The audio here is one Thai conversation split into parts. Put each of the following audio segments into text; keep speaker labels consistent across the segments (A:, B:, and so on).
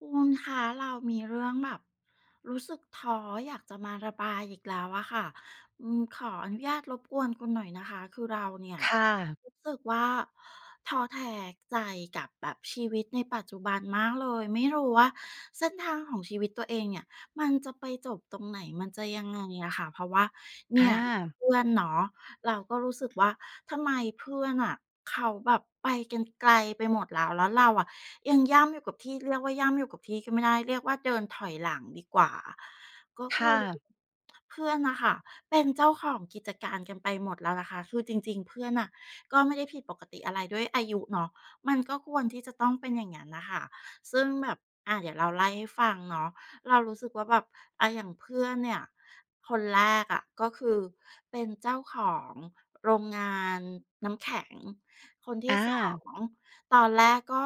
A: คุณคะเรามีเรื่องแบบรู้สึกท้ออยากจะมาระบายอีกแล้วอะค่ะขออนุญาตรบกวนคุณหน่อยนะคะคือเราเนี่ย
B: ค่ะ
A: รู้สึกว่าท้อแท้ใจกับแบบชีวิตในปัจจุบันมากเลยไม่รู้ว่าเส้นทางของชีวิตตัวเองเนี่ยมันจะไปจบตรงไหนมันจะยังไงอะค่ะเพราะว่า
B: อ
A: เนี่ย
B: า
A: เพื่อนเนาะ เราก็รู้สึกว่าทำไมเพื่อนอ่ะเขาแบบไปกันไกลไปหมดแล้วแล้วเราอ่ะยังย่ำอยู่กับที่เรียกว่าย่ำอยู่กับที่ก็ไม่ได้เรียกว่าเดินถอยหลังดีกว่าก็คือ
B: ค่ะ
A: เพื่อนนะคะเป็นเจ้าของกิจการกันไปหมดแล้วนะคะคือจริงๆเพื่อนอ่ะก็ไม่ได้ผิดปกติอะไรด้วยอายุเนาะมันก็ควรที่จะต้องเป็นอย่างนั้นนะคะซึ่งแบบอ่ะเดี๋ยวเราไล่ให้ฟังเนาะ เรารู้สึกว่าแบบอะอย่างเพื่อนเนี่ย คนแรกอะก็คือเป็นเจ้าของโรงงานน้ำแข็ง คนที่สอ
B: อา
A: ง ตอนแรกก็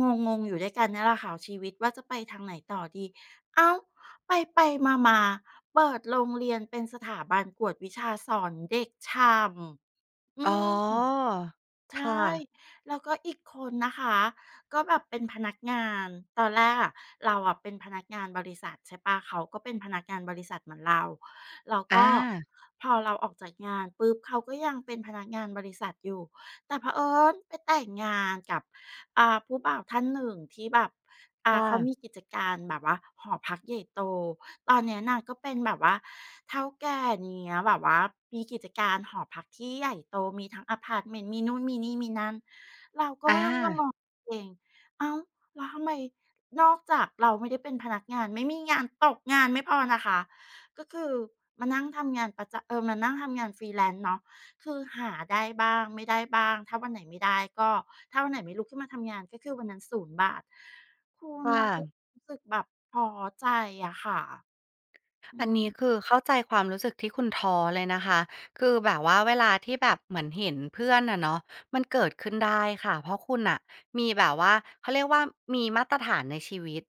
A: งงงๆอยู่ด้วยกันเนี่ยแหละค่ะชีวิตว่าจะไปทางไหนต่อดี เอ้าไปไปมามาๆเปิดโรงเรียนเป็นสถาบันกวดวิชาสอนเด็กช่ำ
B: อ๋อ
A: ม ใช่
B: ค่ะ
A: แล้วก็อีกคนนะคะก็แบบเป็นพนักงานตอนแรกอะเราอะเป็นพนักงานบริษัท ใช่เปล่าเขาก็เป็นพนักงานบริษัทเหมือนเราแล้ว
B: อา
A: ก็พอเราออกจากงานปุ๊บเขาก็ยังเป็นพนักงานบริษัทอยู่แต่เผอิญไปแต่งงานกับผู้บ่าวท่านหนึ่งที่แบบ
B: ค่ะ
A: เขามีกิจการแบบว่าหอพักใหญ่โตตอนเนี้ยนางก็เป็นแบบว่าเฒ่าแก่เนี้ยแบบว่ามีกิจการหอพักที่ใหญ่โตมีทั้งอาพาร์ตเมนต์มีนู่นมีนี่มีนั่นเราก็
B: อา
A: มานั่งมามองตัวเองอ้าวแล้วทำไมนอกจากเราไม่ได้เป็นพนักงานไม่มีงานตกงานไม่พอนะคะก็คือมานั่งทำงานประจำเออมานั่งทำงานฟร e แล a ซ์เนาะคือหาได้บ้างไม่ได้บ้างถ้าวันไหนไม่ได้ก็ถ้าวันไหนไม่ลุกขึ้นมาทำงานก็คือวันนั้นศูนย์บาท คุณเรา
B: ค่ะ
A: ก็รู้สึกแบบท้อใจอะค่ะ
B: อั
A: อื
B: น
A: ม
B: นี้คือเข้าใจความรู้สึกที่คุณท้อเลยนะคะ คือแบบว่าเวลาที่แบบเหมือนเห็นเพื่อนอะเนาะมันเกิดขึ้นได้ค่ะเพราะคุณอะมีแบบว่าเขาเรียกว่ามีมาตรฐานในชีวิต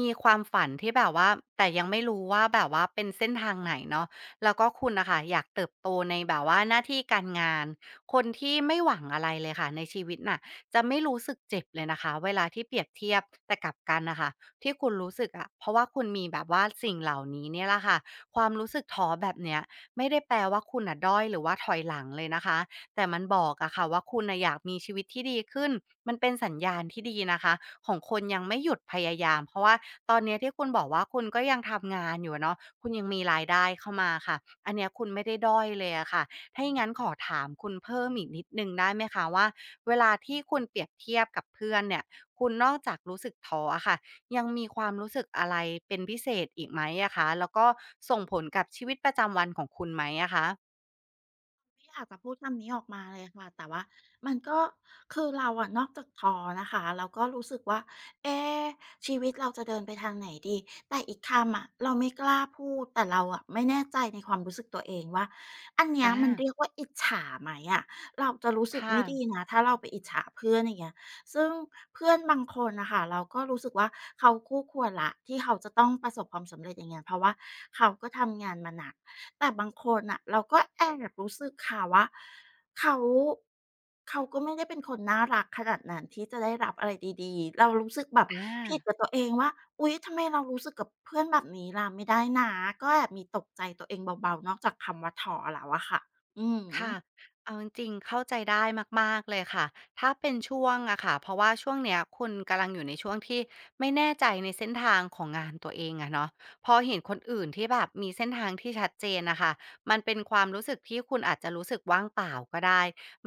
B: มีความฝันที่แบบว่าแต่ยังไม่รู้ว่าแบบว่าเป็นเส้นทางไหนเนาะแล้วก็คุณน่ะค่ะอยากเติบโตในแบบว่าหน้าที่การงานคนที่ไม่หวังอะไรเลยค่ะในชีวิตน่ะจะไม่รู้สึกเจ็บเลยนะคะเวลาที่เปรียบเทียบแต่กลับกันน่ะค่ะ ที่คุณรู้สึกอะเพราะว่าคุณมีแบบว่าสิ่งเหล่านี้เนี่ยแหละค่ะความรู้สึกท้อแบบเนี้ยไม่ได้แปลว่าคุณน่ะด้อยหรือว่าถอยหลังเลยนะคะแต่มันบอกอะค่ะว่าคุณน่ะอยากมีชีวิตที่ดีขึ้นมันเป็นสัญญาณที่ดีนะคะของคนยังไม่หยุดพยายามเพราะว่าตอนเนี้ยที่คุณบอกว่าคุณก็ยังทำงานอยู่อะเนาะคุณยังมีรายได้เข้ามาค่ะอันเนี้ยคุณไม่ได้ด้อยเลยอะค่ะถ้าอย่างงั้นขอถามคุณเพิ่มอีกนิดหนึ่งได้ไหมคะว่าเวลาที่คุณเปรียบเทียบกับเพื่อนเนี่ยคุณนอกจากรู้สึกท้ออะค่ะ ยังมีความรู้สึกอะไรเป็นพิเศษอีกไหมอะคะ แล้วก็ส่งผลกับชีวิตประจำวันของคุณไหมอะคะ
A: ไม่อยากจะพูดคำนี้ออกมาเลยค่ะแต่ว่ามันก็คือเราอะนอกจากท้อนะคะเราก็รู้สึกว่าเอ๊ะชีวิตเราจะเดินไปทางไหนดีแต่อีกคำอะเราไม่กล้าพูดแต่เราอะไม่แน่ใจในความรู้สึกตัวเองว่าอันเนี้ย
B: อา
A: มันเรียกว่าอิจฉาไหมอะเราจะรู้สึก
B: ค่ะ
A: ไม่ดีนะถ้าเราไปอิจฉาเพื่อนอย่างเงี้ยซึ่งเพื่อนบางคนน่ะค่ะเราก็รู้สึกว่าเขาคู่ควรแล้วที่เขาจะต้องประสบความสำเร็จอย่างเงี้ยเพราะว่าเขาก็ทำงานมาหนัก แต่บางคนน่ะเราก็แอบรู้สึกค่ะว่าเขาเขาก็ไม่ได้เป็นคนน่ารักขนาดนั้นที่จะได้รับอะไรดีๆเรารู้สึกแบบ
B: อา
A: ผิดกับตัวเองว่าอุ๊ยทำไมเรารู้สึกกับเพื่อนแบบนี้ล่ะไม่ได้นะก็แอบมีตกใจตัวเองเบาๆนอกจากคำว่าท้อแล้วอะค่ะอือฮึ
B: ค่ะ เอาจริงๆเข้าใจได้มากๆเลยค่ะ ถ้าเป็นช่วงอะค่ะเพราะว่าช่วงเนี้ยคุณกำลังอยู่ในช่วงที่ไม่แน่ใจในเส้นทางของงานตัวเองอะเนาะพอเห็นคนอื่นที่แบบมีเส้นทางที่ชัดเจนนะคะมันเป็นความรู้สึกที่คุณอาจจะรู้สึกว่างเปล่าก็ได้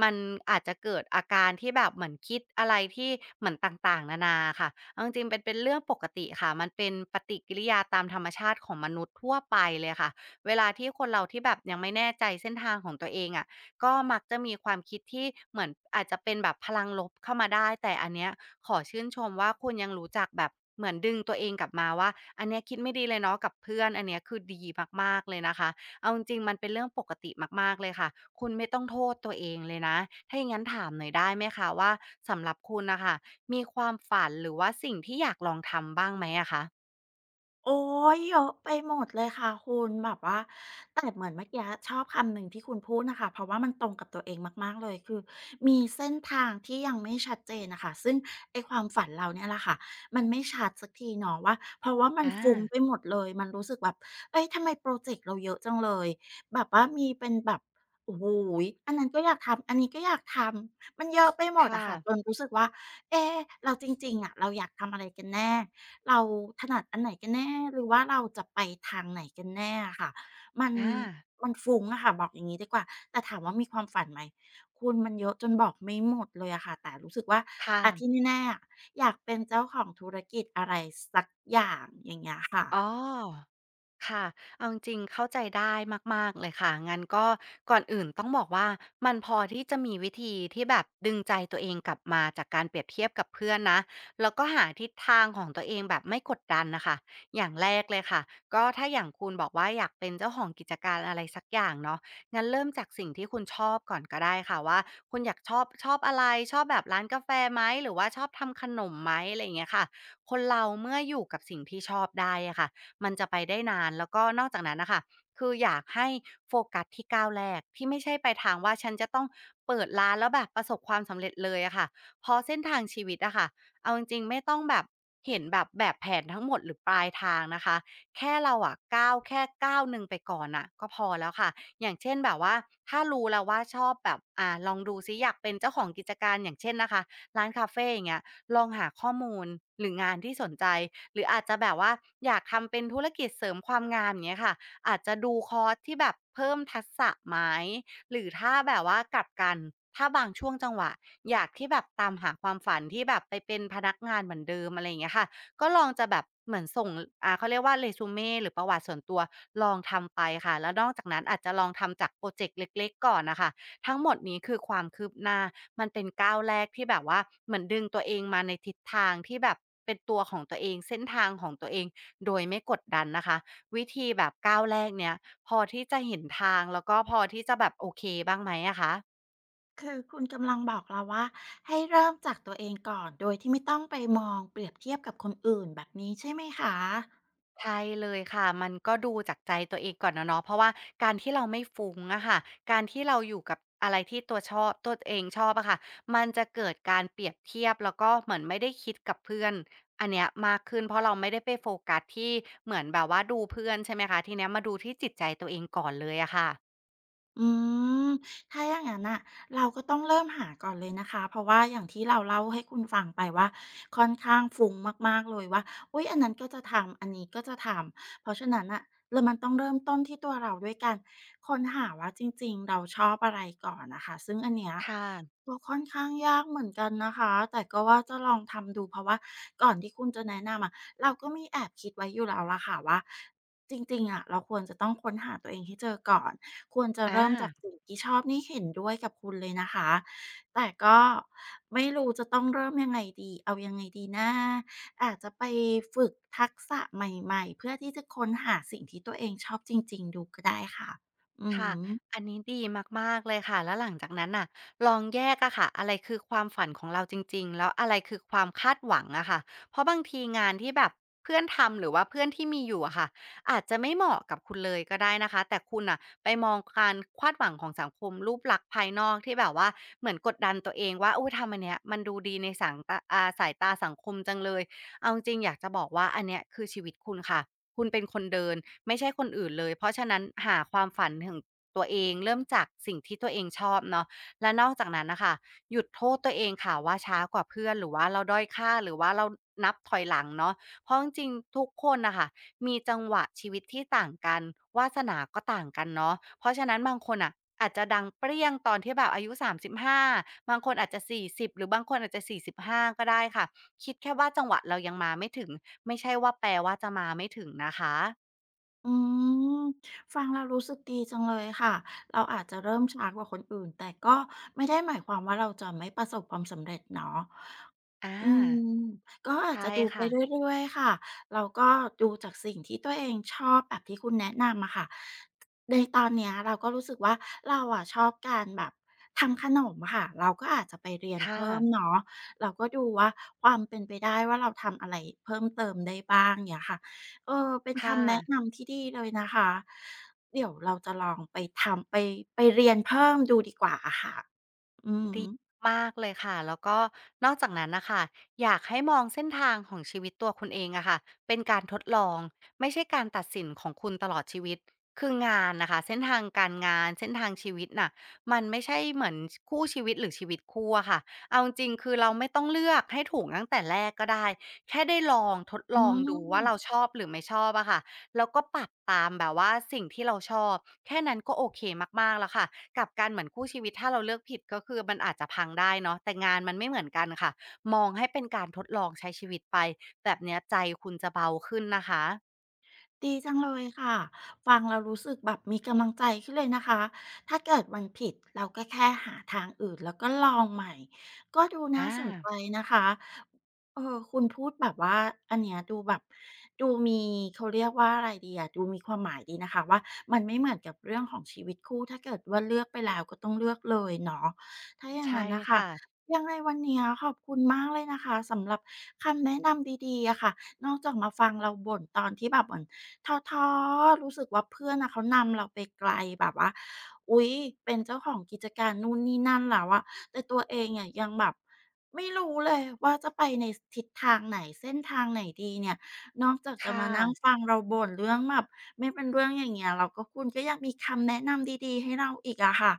B: มันอาจจะเกิดอาการที่แบบเหมือนคิดอะไรที่เหมือนต่างๆนานาค่ะเอาจริงๆเป็นเรื่องปกติค่ะมันเป็นปฏิกิริยาตามธรรมชาติของมนุษย์ทั่วไปเลยค่ะ เวลาที่คนเราที่แบบยังไม่แน่ใจเส้นทางของตัวเองอะก็มักจะมีความคิดที่เหมือนอาจจะเป็นแบบพลังลบเข้ามาได้แต่อันเนี้ยขอชื่นชมว่าคุณยังรู้จักแบบเหมือนดึงตัวเองกลับมาว่าอันเนี้ยคิดไม่ดีเลยเนาะกับเพื่อนอันเนี้ยคือดีมากๆเลยนะคะเอาจริงๆมันเป็นเรื่องปกติมากๆเลยค่ะคุณไม่ต้องโทษตัวเองเลยนะถ้าอย่างงั้นถามหน่อยได้ไหมคะว่าสำหรับคุณน่ะค่ะมีความฝันหรือว่าสิ่งที่อยากลองทำบ้างไหมอะคะ
A: โอ้ยเยอะไปหมดเลยค่ะคุณแบบว่าแต่เหมือนเมื่อกี้ชอบคำหนึ่งที่คุณพูดนะคะเพราะว่ามันตรงกับตัวเองมากๆเลยคือมีเส้นทางที่ยังไม่ชัดเจนน่ะค่ะซึ่งไอ้ความฝันเราเนี่ยแหละค่ะมันไม่ชัดสักทีเนาะว่าเพราะว่ามัน
B: อา
A: ฟุ้งไปหมดเลยมันรู้สึกแบบเฮ้ยทำไมพรอเจกต์เราเยอะจังเลยแบบว่ามีเป็นแบบโอ้โฮอันนั้นก็อยากทำอันนี้ก็อยากทำมันเยอะไปหมด
B: ค่ะ
A: อะค่ะจนรู้สึกว่าเอ๊แล้วจริงๆอะเราอยากทำอะไรกันแน่ เราถนัดอันไหนกันแน่หรือว่าเราจะไปทางไหนกันแน่อะค่ะมัน
B: อา
A: มันฟุ้งอะค่ะบอกอย่างงี้ดีกว่าแต่ถามว่ามีความฝันไหมคุณมันเยอะจนบอกไม่หมดเลยอะค่ะแต่รู้สึกว่า
B: ค่ะ
A: อะที่แน่ๆอะอยากเป็นเจ้าของธุรกิจอะไรสักอย่างอย่างเงี้ย
B: อ๋
A: ค่ะ
B: อค่ะเอาจริงๆเข้าใจได้มากๆเลยค่ะงั้นก็ก่อนอื่นต้องบอกว่ามันพอที่จะมีวิธีที่แบบดึงใจตัวเองกลับมาจากการเปรียบเทียบกับเพื่อนนะแล้วก็หาทิศทางของตัวเองแบบไม่กดดันนะคะอย่างแรกเลยค่ะก็ถ้าอย่างคุณบอกว่าอยากเป็นเจ้าของกิจการอะไรสักอย่างเนาะงั้นเริ่มจากสิ่งที่คุณชอบก่อนก็ได้ค่ะว่าคุณอยากชอบอะไรชอบแบบร้านกาแฟไหมหรือว่าชอบทำขนมไหมอะไรอย่างเงี้ยค่ะคนเราเมื่ออยู่กับสิ่งที่ชอบได้อะค่ะ มันจะไปได้นานแล้วก็นอกจากนั้นนะคะคืออยากให้โฟกัสที่ก้าวแรกที่ไม่ใช่ไปทางว่าฉันจะต้องเปิดร้านแล้วแบบประสบความสำเร็จเลยอะค่ะเพราะเส้นทางชีวิตอะค่ะเอาจริงๆไม่ต้องแบบเห็นแบบแผนทั้งหมดหรือปลายทางนะคะแค่เราอะก้าวแค่ก้าวหนึ่งไปก่อนน่ะก็พอแล้วค่ะอย่างเช่นแบบว่าถ้ารู้แล้วว่าชอบแบบลองดูซิอยากเป็นเจ้าของกิจการอย่างเช่นนะคะ ร้านคาเฟอย่างเงี้ยลองหาข้อมูลหรืองานที่สนใจหรืออาจจะแบบว่าอยากทำเป็นธุรกิจเสริมความงามอย่างเงี้ยค่ะอาจจะดูคอร์สที่แบบเพิ่มทักษะไหมหรือถ้าแบบว่ากลับกันถ้าบางช่วงจังหวะอยากที่แบบตามหาความฝันที่แบบไปเป็นพนักงานเหมือนเดิมอะไรอย่างเงี้ยค่ะก็ลองจะแบบเหมือนส่งเขาเรียกว่าเรซูเมหรือประวัติส่วนตัวลองทำไปค่ะแล้วนอกจากนั้นอาจจะลองทำจากพรอเจกต์เล็กๆก่อนน่ะค่ะ ทั้งหมดนี้คือความคืบหน้า มันเป็นก้าวแรกที่แบบว่าเหมือนดึงตัวเองมาในทิศทางที่แบบเป็นตัวของตัวเองเส้นทางของตัวเองโดยไม่กดดันนะคะวิธีแบบก้าวแรกเนี้ยพอที่จะเห็นทางแล้วก็พอที่จะแบบโอเคบ้างไหมอะคะ
A: คือคุณกำลังบอกเราว่าให้เริ่มจากตัวเองก่อนโดยที่ไม่ต้องไปมองเปรียบเทียบกับคนอื่นแบบนี้ใช่ไหมคะ
B: ใช่เลยค่ะ มันก็ดูจากใจตัวเองก่อนอะเนาะเพราะว่าการที่เราไม่ฟุ้งอะค่ะการที่เราอยู่กับอะไรที่ตัวชอบตัวเองชอบอะค่ะมันจะเกิดการเปรียบเทียบแล้วก็เหมือนไม่ได้คิดกับเพื่อนอันเนี้ยมากขึ้นเพราะเราไม่ได้ไปโฟกัสที่เหมือนแบบว่าดูเพื่อนใช่ไหมคะทีเนี้ยมาดูที่จิตใจตัวเองก่อนเลยอะค่ะ
A: อืมถ้าอย่างนั้นอ่ะเราก็ต้องเริ่มหาก่อนเลยนะคะเพราะว่าอย่างที่เราเล่าให้คุณฟังไปว่าค่อนข้างฟุ้งมากๆเลยว่าอุ๊ยอันนั้นก็จะทำอันนี้ก็จะทำเพราะฉะนั้นอ่ะแล้วมันต้องเริ่มต้นที่ตัวเราด้วยกันค้นหาว่าจริงๆเราชอบอะไรก่อนนะคะซึ่งอันเนี้ย
B: ค่ะ
A: ก็ค่อนข้างยากเหมือนกันนะคะแต่ก็ว่าจะลองทำดูเพราะว่าก่อนที่คุณจะแนะนำอะเราก็มีแอบคิดไว้อยู่แล้วล่ะค่ะว่า จริงๆอะเราควรจะต้องค้นหาตัวเองให้เจอก่อนควรจะเริ่มจาก
B: อา
A: สิ่งที่ชอบนี่เห็นด้วยกับคุณเลยนะคะแต่ก็ไม่รู้จะต้องเริ่มยังไงดีเอายังไงดีนะอาจจะไปฝึกทักษะใหม่ๆเพื่อที่จะค้นหาสิ่งที่ตัวเองชอบจริงๆดูก็ได้ค่ะอือ
B: ค่ะ
A: ฮึ
B: อันนี้ดีมากๆเลยค่ะแล้วหลังจากนั้นน่ะลองแยกอะค่ะ อะไรคือความฝันของเราจริงๆ แล้วอะไรคือความคาดหวังอะค่ะ เพราะบางทีงานที่แบบเพื่อนทำหรือว่าเพื่อนที่มีอยู่อะค่ะ อาจจะไม่เหมาะกับคุณเลยก็ได้นะคะแต่คุณน่ะไปมองการคาดหวังของสังคมรูปลักษณ์ภายนอกที่แบบว่าเหมือนกดดันตัวเองว่าอุ๊ยทำอันเนี้ยมันดูดีในสังตะสายตาสังคมจังเลยเอาจริงๆอยากจะบอกว่าอันเนี้ยคือชีวิตคุณค่ะ คุณเป็นคนเดินไม่ใช่คนอื่นเลยเพราะฉะนั้นหาความฝันถึงตัวเองเริ่มจากสิ่งที่ตัวเองชอบเนาะและนอกจากนั้นน่ะค่ะหยุดโทษตัวเองค่ะว่าช้ากว่าเพื่อนหรือว่าเราด้อยค่าหรือว่าเรานับถอยหลังเนาะเพราะจริงๆทุกคนน่ะค่ะมีจังหวะชีวิตที่ต่างกันวาสนาก็ต่างกันเนาะเพราะฉะนั้นบางคนน่ะอาจจะดังเปรี้ยงตอนที่แบบอายุ35ห้าบางคนอาจจะสี่สิบหรือบางคนอาจจะสี่สิบห้าก็ได้ค่ะ คิดแค่ว่าจังหวะเรายังมาไม่ถึงไม่ใช่ว่าแปลว่าจะมาไม่ถึงนะคะ
A: อืมฟังแล้วรู้สึกดีจังเลยค่ะเราอาจจะเริ่มช้ากว่าคนอื่นแต่ก็ไม่ได้หมายความว่าเราจะไม่ประสบความสำเร็จเนาะ
B: อ
A: อื
B: า
A: มก็อาจ
B: ใช่
A: จะดูไป
B: ค่ะ
A: เรื่อยๆค่ะแล้วก็ดูจากสิ่งที่ตัวเองชอบแบบที่คุณแนะนำอะค่ะในตอนเนี้ยเราก็รู้สึกว่าเราอะชอบการแบบทำขนมค่ะเราก็อาจจะไปเรียน
B: ค่ะ
A: เพิ่มเนาะเราก็ดูว่าความเป็นไปได้ว่าเราทำอะไรเพิ่มเติมได้บ้างเงี้ยค่ะเออเป็น
B: ค่ะ
A: คำแนะนำที่ดีเลยนะคะเดี๋ยวเราจะลองไปไปเรียนเพิ่มดูดีกว่าอะค่ะอือ
B: ดี
A: ฮึ
B: มากเลยค่ะแล้วก็นอกจากนั้นนะคะอยากให้มองเส้นทางของชีวิตตัวคุณเองอะค่ะเป็นการทดลองไม่ใช่การตัดสินของคุณตลอดชีวิตคืองานนะคะเส้นทางการงานเส้นทางชีวิตน่ะมันไม่ใช่เหมือนคู่ชีวิตหรือชีวิตคู่อะค่ะเอาจริงๆคือเราไม่ต้องเลือกให้ถูกตั้งแต่แรกก็ได้แค่ได้ลองทด
A: อื
B: ลองดูว่าเรา
A: ม
B: ชอบหรือไม่ชอบอะค่ะแล้วก็ปรับตามแบบว่าสิ่งที่เราชอบแค่นั้นก็โอเคมากๆแล้วค่ะ กลับกันเหมือนคู่ชีวิตถ้าเราเลือกผิดก็คือมันอาจจะพังได้เนาะแต่งานมันไม่เหมือนกันค่ะมองให้เป็นการทดลองใช้ชีวิตไปแบบเนี้ยใจคุณจะเบาขึ้นนะคะ
A: ดีจังเลยค่ะฟังแล้วรู้สึกแบบมีกำลังใจขึ้นเลยนะคะถ้าเกิดมันผิดเราก็แค่หาทางอื่นแล้วก็ลองใหม่ก็ดูน่า
B: อา
A: สนใจนะคะเออคุณพูดแบบว่าอันเนี้ยดูแบบดูมีเขาเรียกว่าอะไรดีอะดูมีความหมายดีนะคะว่ามันไม่เหมือนกับเรื่องของชีวิตคู่ถ้าเกิดว่าเลือกไปแล้วก็ต้องเลือกเลยเนาะถ้าอย่าง
B: ใช่
A: นั้นนะคะ
B: ค่ะ
A: ยังไงวันเนี้ยขอบคุณมากเลยนะคะสำหรับคำแนะนำดีๆอะค่ะ นอกจากมาฟังเราบ่นตอนที่แบบเหมือนท้อๆรู้สึกว่าเพื่อนนะเขานำเราไปไกลแบบว่าอุ๊ยเป็นเจ้าของกิจการนู่นนี่นั่นแล้วอะแต่ตัวเองเนี่ยยังแบบไม่รู้เลยว่าจะไปในทิศทางไหนเส้นทางไหนดีเนี่ยนอกจากจะ
B: ค่ะ
A: มานั่งฟังเราบ่นเรื่องแบบไม่เป็นเรื่องอย่างเงี้ยเราก็คุณก็ยังมีคำแนะนำดีๆให้เราอีกอะค่ะ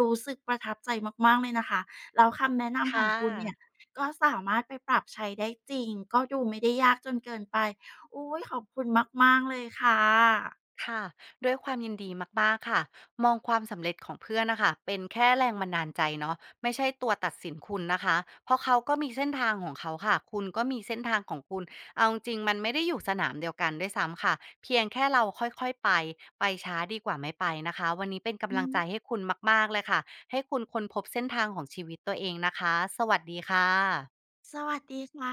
A: รู้สึกประทับใจมากๆเลยนะคะแล้วคำแนะนำของ
B: ค่ะ
A: คุณเนี่ย ก็สามารถไปปรับใช้ได้จริงก็ดูไม่ได้ยากจนเกินไปอุ๊ยขอบคุณมากๆเลยค่ะ
B: ค่ะด้วยความยินดีมากๆค่ะมองความสำเร็จของเพื่อนนะคะเป็นแค่แรงบันดาลใจเนาะไม่ใช่ตัวตัดสินคุณนะคะเพราะเขาก็มีเส้นทางของเขาค่ะคุณก็มีเส้นทางของคุณเอาจริงๆมันไม่ได้อยู่สนามเดียวกันด้วยซ้ำค่ะเพียงแค่เราค่อยๆไปไปช้าดีกว่าไม่ไปนะคะวันนี้เป็นกำ
A: อื
B: ลัง
A: ม
B: ใจให้คุณมากๆเลยค่ะให้คุณค้นพบเส้นทางของชีวิตตัวเองนะคะสวัสดีค่ะ
A: สวัสดีค่ะ